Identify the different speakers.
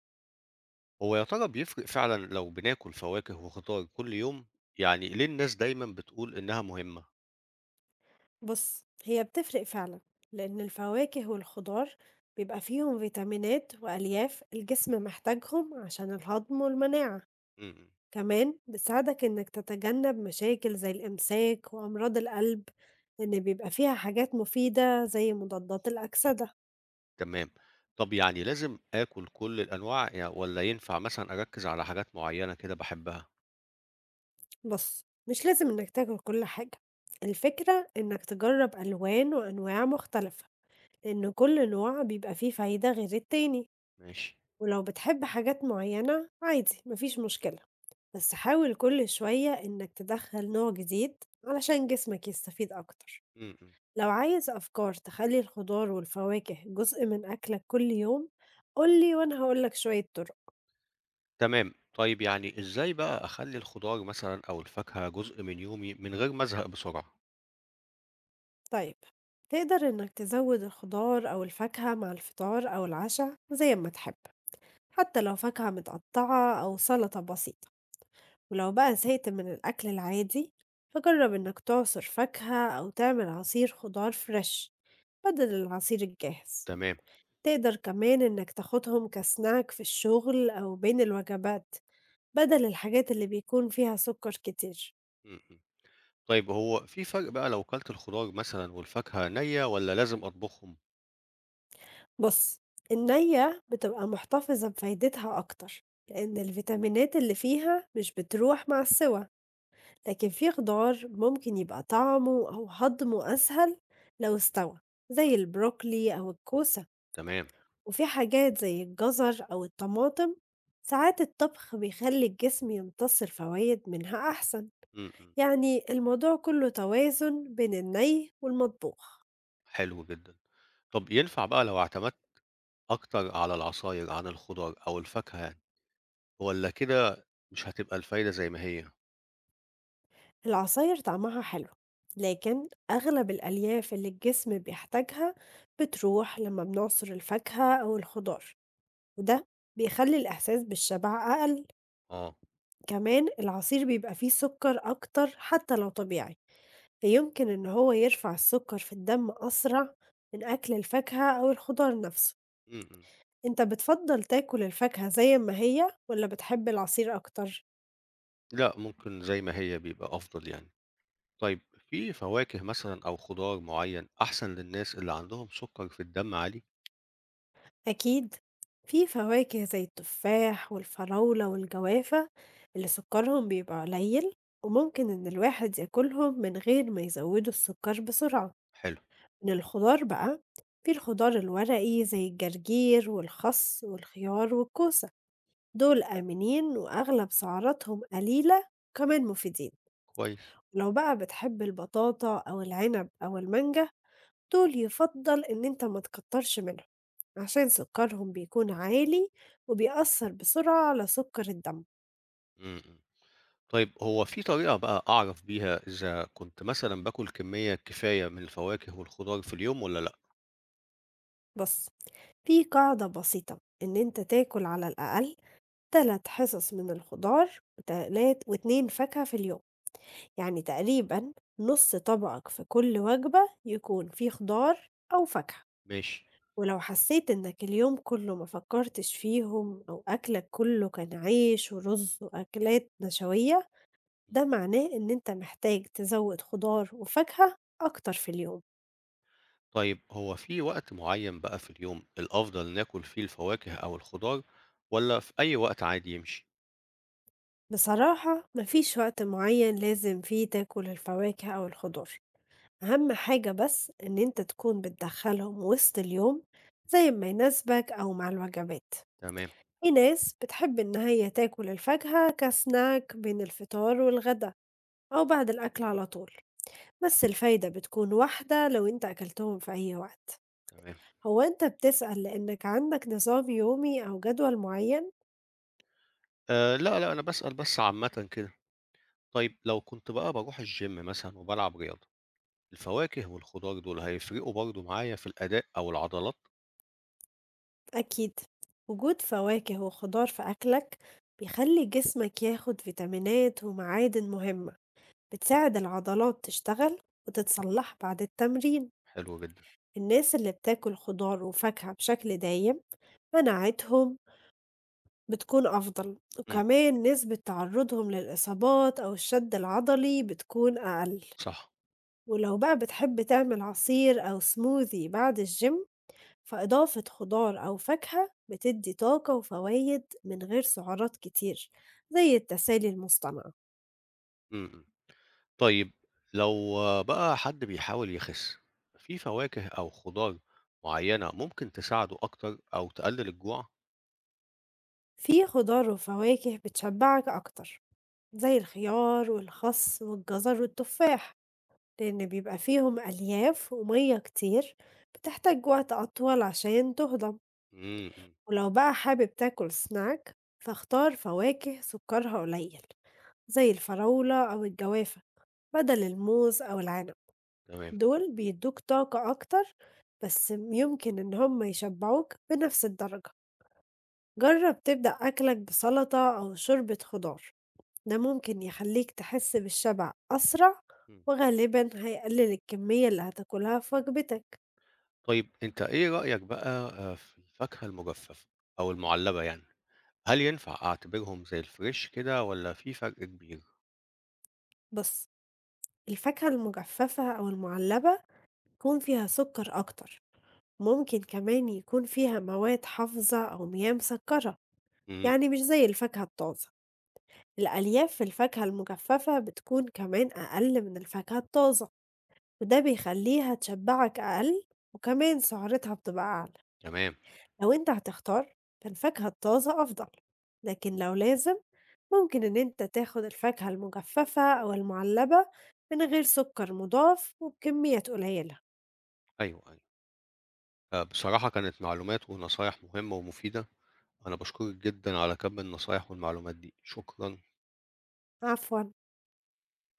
Speaker 1: هو يا ترى بيفرق فعلًا لو بناكل فواكه وخضار كل يوم؟ يعني ليه الناس دايمًا بتقول إنها مهمة؟
Speaker 2: بُص، هي بتفرق فعلًا، لإن الفواكه والخضار بيبقى فيهم فيتامينات وألياف الجسم محتاجهم عشان الهضم والمناعة،
Speaker 1: إمم، إمم،
Speaker 2: كمان بتساعدك إنك تتجنب مشاكل زي الإمساك وأمراض القلب، لإن بيبقى فيها حاجات مفيدة زي مضادات الأكسدة.
Speaker 1: تمام. طب يعني لازم آكل كل الأنواع ي والّا ينفع مثلًا أركّز على حاجات معيّنة كده باحبها؟
Speaker 2: بُص، مش لازم إنك تاكل كل حاجة، الفكرة إنك تجرب ألوان وأنواع مختلفة، لإن كل نوع بيبقى فيه فايدة غير التاني،
Speaker 1: ماشي،
Speaker 2: ولو بتحب حاجات معينة عادي، ما فيش مشكلة. بس حاول كل شوية إنك تدخل نوع جديد علشان جسمك يستفيد أكتر.
Speaker 1: إمم، إمم،
Speaker 2: لو عايز أفكار تخلي الخضار والفواكه جزء من أكلك كل يوم قولي وأنا هقولك شوية طرق.
Speaker 1: تمام. طيب يعني إزاي بقى أخلّي الخضار مثلًا أو الفاكهة جزء من يومي من غير ما أزهق بسرعة؟
Speaker 2: طيب، تقدر إنك تزود الخضار أو الفاكهة مع الفطار أو العشاء زي ما تحب، حتى لو فاكهة متقطعة أو سلطة بسيطة، ولو بقى زهقت من الأكل العادي فجرب إنك تعصر فاكهة أو تعمل عصير خضار فريش بدل العصير الجاهز.
Speaker 1: تمام،
Speaker 2: تقدر كمان إنك تاخدهم كسناك في الشغل أو بين الوجبات بدل الحاجات اللي بيكون فيها سكر كتير.
Speaker 1: إمم، إمم. طيب هو في فرق بقى لو كلت الخضار مثلًا والفاكهة نيّة والّا لازم أطبخهم؟
Speaker 2: بص، النية بتبقى محتفظة بفايدتها أكتر لأن الفيتامينات اللي فيها مش بتروح مع السوى، لكن في خضار ممكن يبقى طعمه أو هضمه أسهل لو استوى، زي البروكلي أو الكوسة.
Speaker 1: تمام،
Speaker 2: وفي حاجات زي الجزر أو الطماطم ساعات الطبخ بيخلي الجسم يمتص الفوايد منها أحسن.
Speaker 1: إمم، إمم،
Speaker 2: يعني الموضوع كله توازن بين الني والمطبوخ.
Speaker 1: حلو جدًا. طب ينفع بقى لو اعتمدت أكتر على العصاير عن الخضار أو الفاكهة يعني، والّا كده مش هتبقى الفايدة زي ما هي؟
Speaker 2: العصاير طعمها حلو، لكن أغلب الألياف اللي الجسم بيحتاجها بتروح لما بنعصر الفاكهة أو الخضار، وده بيخلي الإحساس بالشبع أقل.
Speaker 1: آه،
Speaker 2: كمان العصير بيبقى فيه سكر أكتر حتى لو طبيعي، فيمكن إن هو يرفع السكر في الدم أسرع من أكل الفاكهة أو الخضار نفسه.
Speaker 1: إمم، إمم،
Speaker 2: أنت بتفضل تاكل الفاكهة زي ما هي ولا بتحب العصير أكتر؟
Speaker 1: لأ ممكن زي ما هي بيبقى أفضل يعني. طيب في فواكه مثلًا أو خضار معين أحسن للناس اللي عندهم سكر في الدم عالي؟
Speaker 2: أكيد، في فواكه زي التفاح والفراولة والجوافة اللي سكرهم بيبقى قليل وممكن إن الواحد ياكلهم من غير ما يزودوا السكر بسرعة.
Speaker 1: حلو،
Speaker 2: من الخضار بقى، في الخضار الورقي زي الجرجير والخس والخيار والكوسة، دول آمنين وأغلب سعراتهم قليلة كمان مفيدين.
Speaker 1: كويس،
Speaker 2: لو بقى بتحب البطاطا أو العنب أو المانجا، دول يفضل إن أنت ما تكترش منهم، عشان سكرهم بيكون عالي وبيأثر بسرعة على سكر الدم.
Speaker 1: إمم، إمم. طيب هو في طريقة بقى أعرف بيها إذا كنت مثلًا باكل كمية كفاية من الفواكه والخضار في اليوم والّا لأ؟
Speaker 2: بُص، في قاعدة بسيطة إن أنت تاكل على الأقل 3 حصص من الخضار و2 فاكهة في اليوم، يعني تقريبًا نُص طبقك في كل وجبة يكون فيه خضار أو فاكهة.
Speaker 1: ماشي.
Speaker 2: ولو حسيت إنك اليوم كله ما فكرتش فيهم أو أكلك كله كان عيش ورز وأكلات نشوية، ده معناه إن أنت محتاج تزود خضار وفاكهة أكتر في اليوم.
Speaker 1: طيب هو في وقت معين بقى في اليوم الأفضل ناكل فيه الفواكه أو الخضار ولا في أي وقت عادي يمشي؟
Speaker 2: بصراحة مفيش وقت معين لازم فيه تاكل الفواكه أو الخضار، أهم حاجة بس إن أنت تكون بتدخلهم وسط اليوم زي ما يناسبك أو مع الوجبات.
Speaker 1: تمام،
Speaker 2: في ناس بتحب إن هي تاكل الفاكهة كسناك بين الفطار والغدا أو بعد الأكل على طول، بس الفايدة بتكون واحدة لو أنت أكلتهم في أي وقت.
Speaker 1: تمام.
Speaker 2: هو أنت بتسأل لأنك عندك نظام يومي أو جدول معين؟
Speaker 1: لا، لأ، أنا باسأل بس عامةً كده. طيب لو كنت بقى باروح الgym مثلًا وبالعب رياضة، الفواكه والخضار دول هيفرقوا برضه معايا في الأداء أو العضلات؟
Speaker 2: أكيد، وجود فواكه وخضار في أكلك بيخلي جسمك ياخد فيتامينات ومعادن مهمة بتساعد العضلات تشتغل وتتصلح بعد التمرين.
Speaker 1: حلو جدًا.
Speaker 2: الناس اللي بتاكل خضار وفاكهة بشكل دايم مناعتهم بتكون أفضل،
Speaker 1: إمم،
Speaker 2: وكمان نسبة تعرضهم للإصابات أو الشد العضلي بتكون أقل.
Speaker 1: صح.
Speaker 2: ولو بقى بتحب تعمل عصير أو سموذي بعد الجيم، فإضافة خضار أو فاكهة بتدي طاقة وفوايد من غير سعرات كتير زي التسالي المصطنعة.
Speaker 1: إمم، إمم. طيب لو آه، بقى حد بيحاول يخس، في فواكه أو خضار معينة ممكن تساعده أكتر أو تقلل الجوع؟
Speaker 2: في خضار وفواكه بتشبعك أكتر، زي الخيار والخس والجزر والتفاح، لأن بيبقى فيهم ألياف ومية كتير بتحتاج وقت أطول عشان تهضم.
Speaker 1: إمم، إمم،
Speaker 2: ولو بقى حابب تاكل سناك، فاختار فواكه سكرها قليل زي الفراولة أو الجوافة بدل الموز أو العنب.
Speaker 1: تمام.
Speaker 2: دول بيدّوك طاقة أكتر، بس يمكن إن هم يشبّعوك بنفس الدرجة. جرّب تبدأ أكلك بسلطة أو شوربة خضار، ده ممكن يخلّيك تحس بالشبع أسرع
Speaker 1: إمم.
Speaker 2: وغالبًا هيقلل الكمية اللي هتاكلها في وجبتك.
Speaker 1: طيب أنت إيه رأيك بقى في الفاكهة المجففة أو المُعلبة يعني، هل ينفع أعتبرهم زي الفريش كده والّا في فرق كبير؟
Speaker 2: بُص، الفاكهة المجففة أو المُعلبة يكون فيها سكر أكتر، ممكن كمان يكون فيها مواد حافظة أو مياه مسكّرة،
Speaker 1: إمم،
Speaker 2: يعني مش زي الفاكهة الطازة. الألياف في الفاكهة المجففة بتكون كمان أقل من الفاكهة الطازة، وده بيخليها تشبعك أقل وكمان سعرتها بتبقى أعلى.
Speaker 1: تمام،
Speaker 2: لو أنت هتختار فالفاكهة الطازة أفضل، لكن لو لازم ممكن إن أنت تاخد الفاكهة المجففة أو المعلبة من غير سكر مضاف وبكميات قليلة.
Speaker 1: أيوه، أيوه. بصراحة كانت معلومات ونصايح مهمة ومفيدة، أنا باشكرك جدًا على كم النصايح والمعلومات دي، شكرًا.
Speaker 2: عفواً.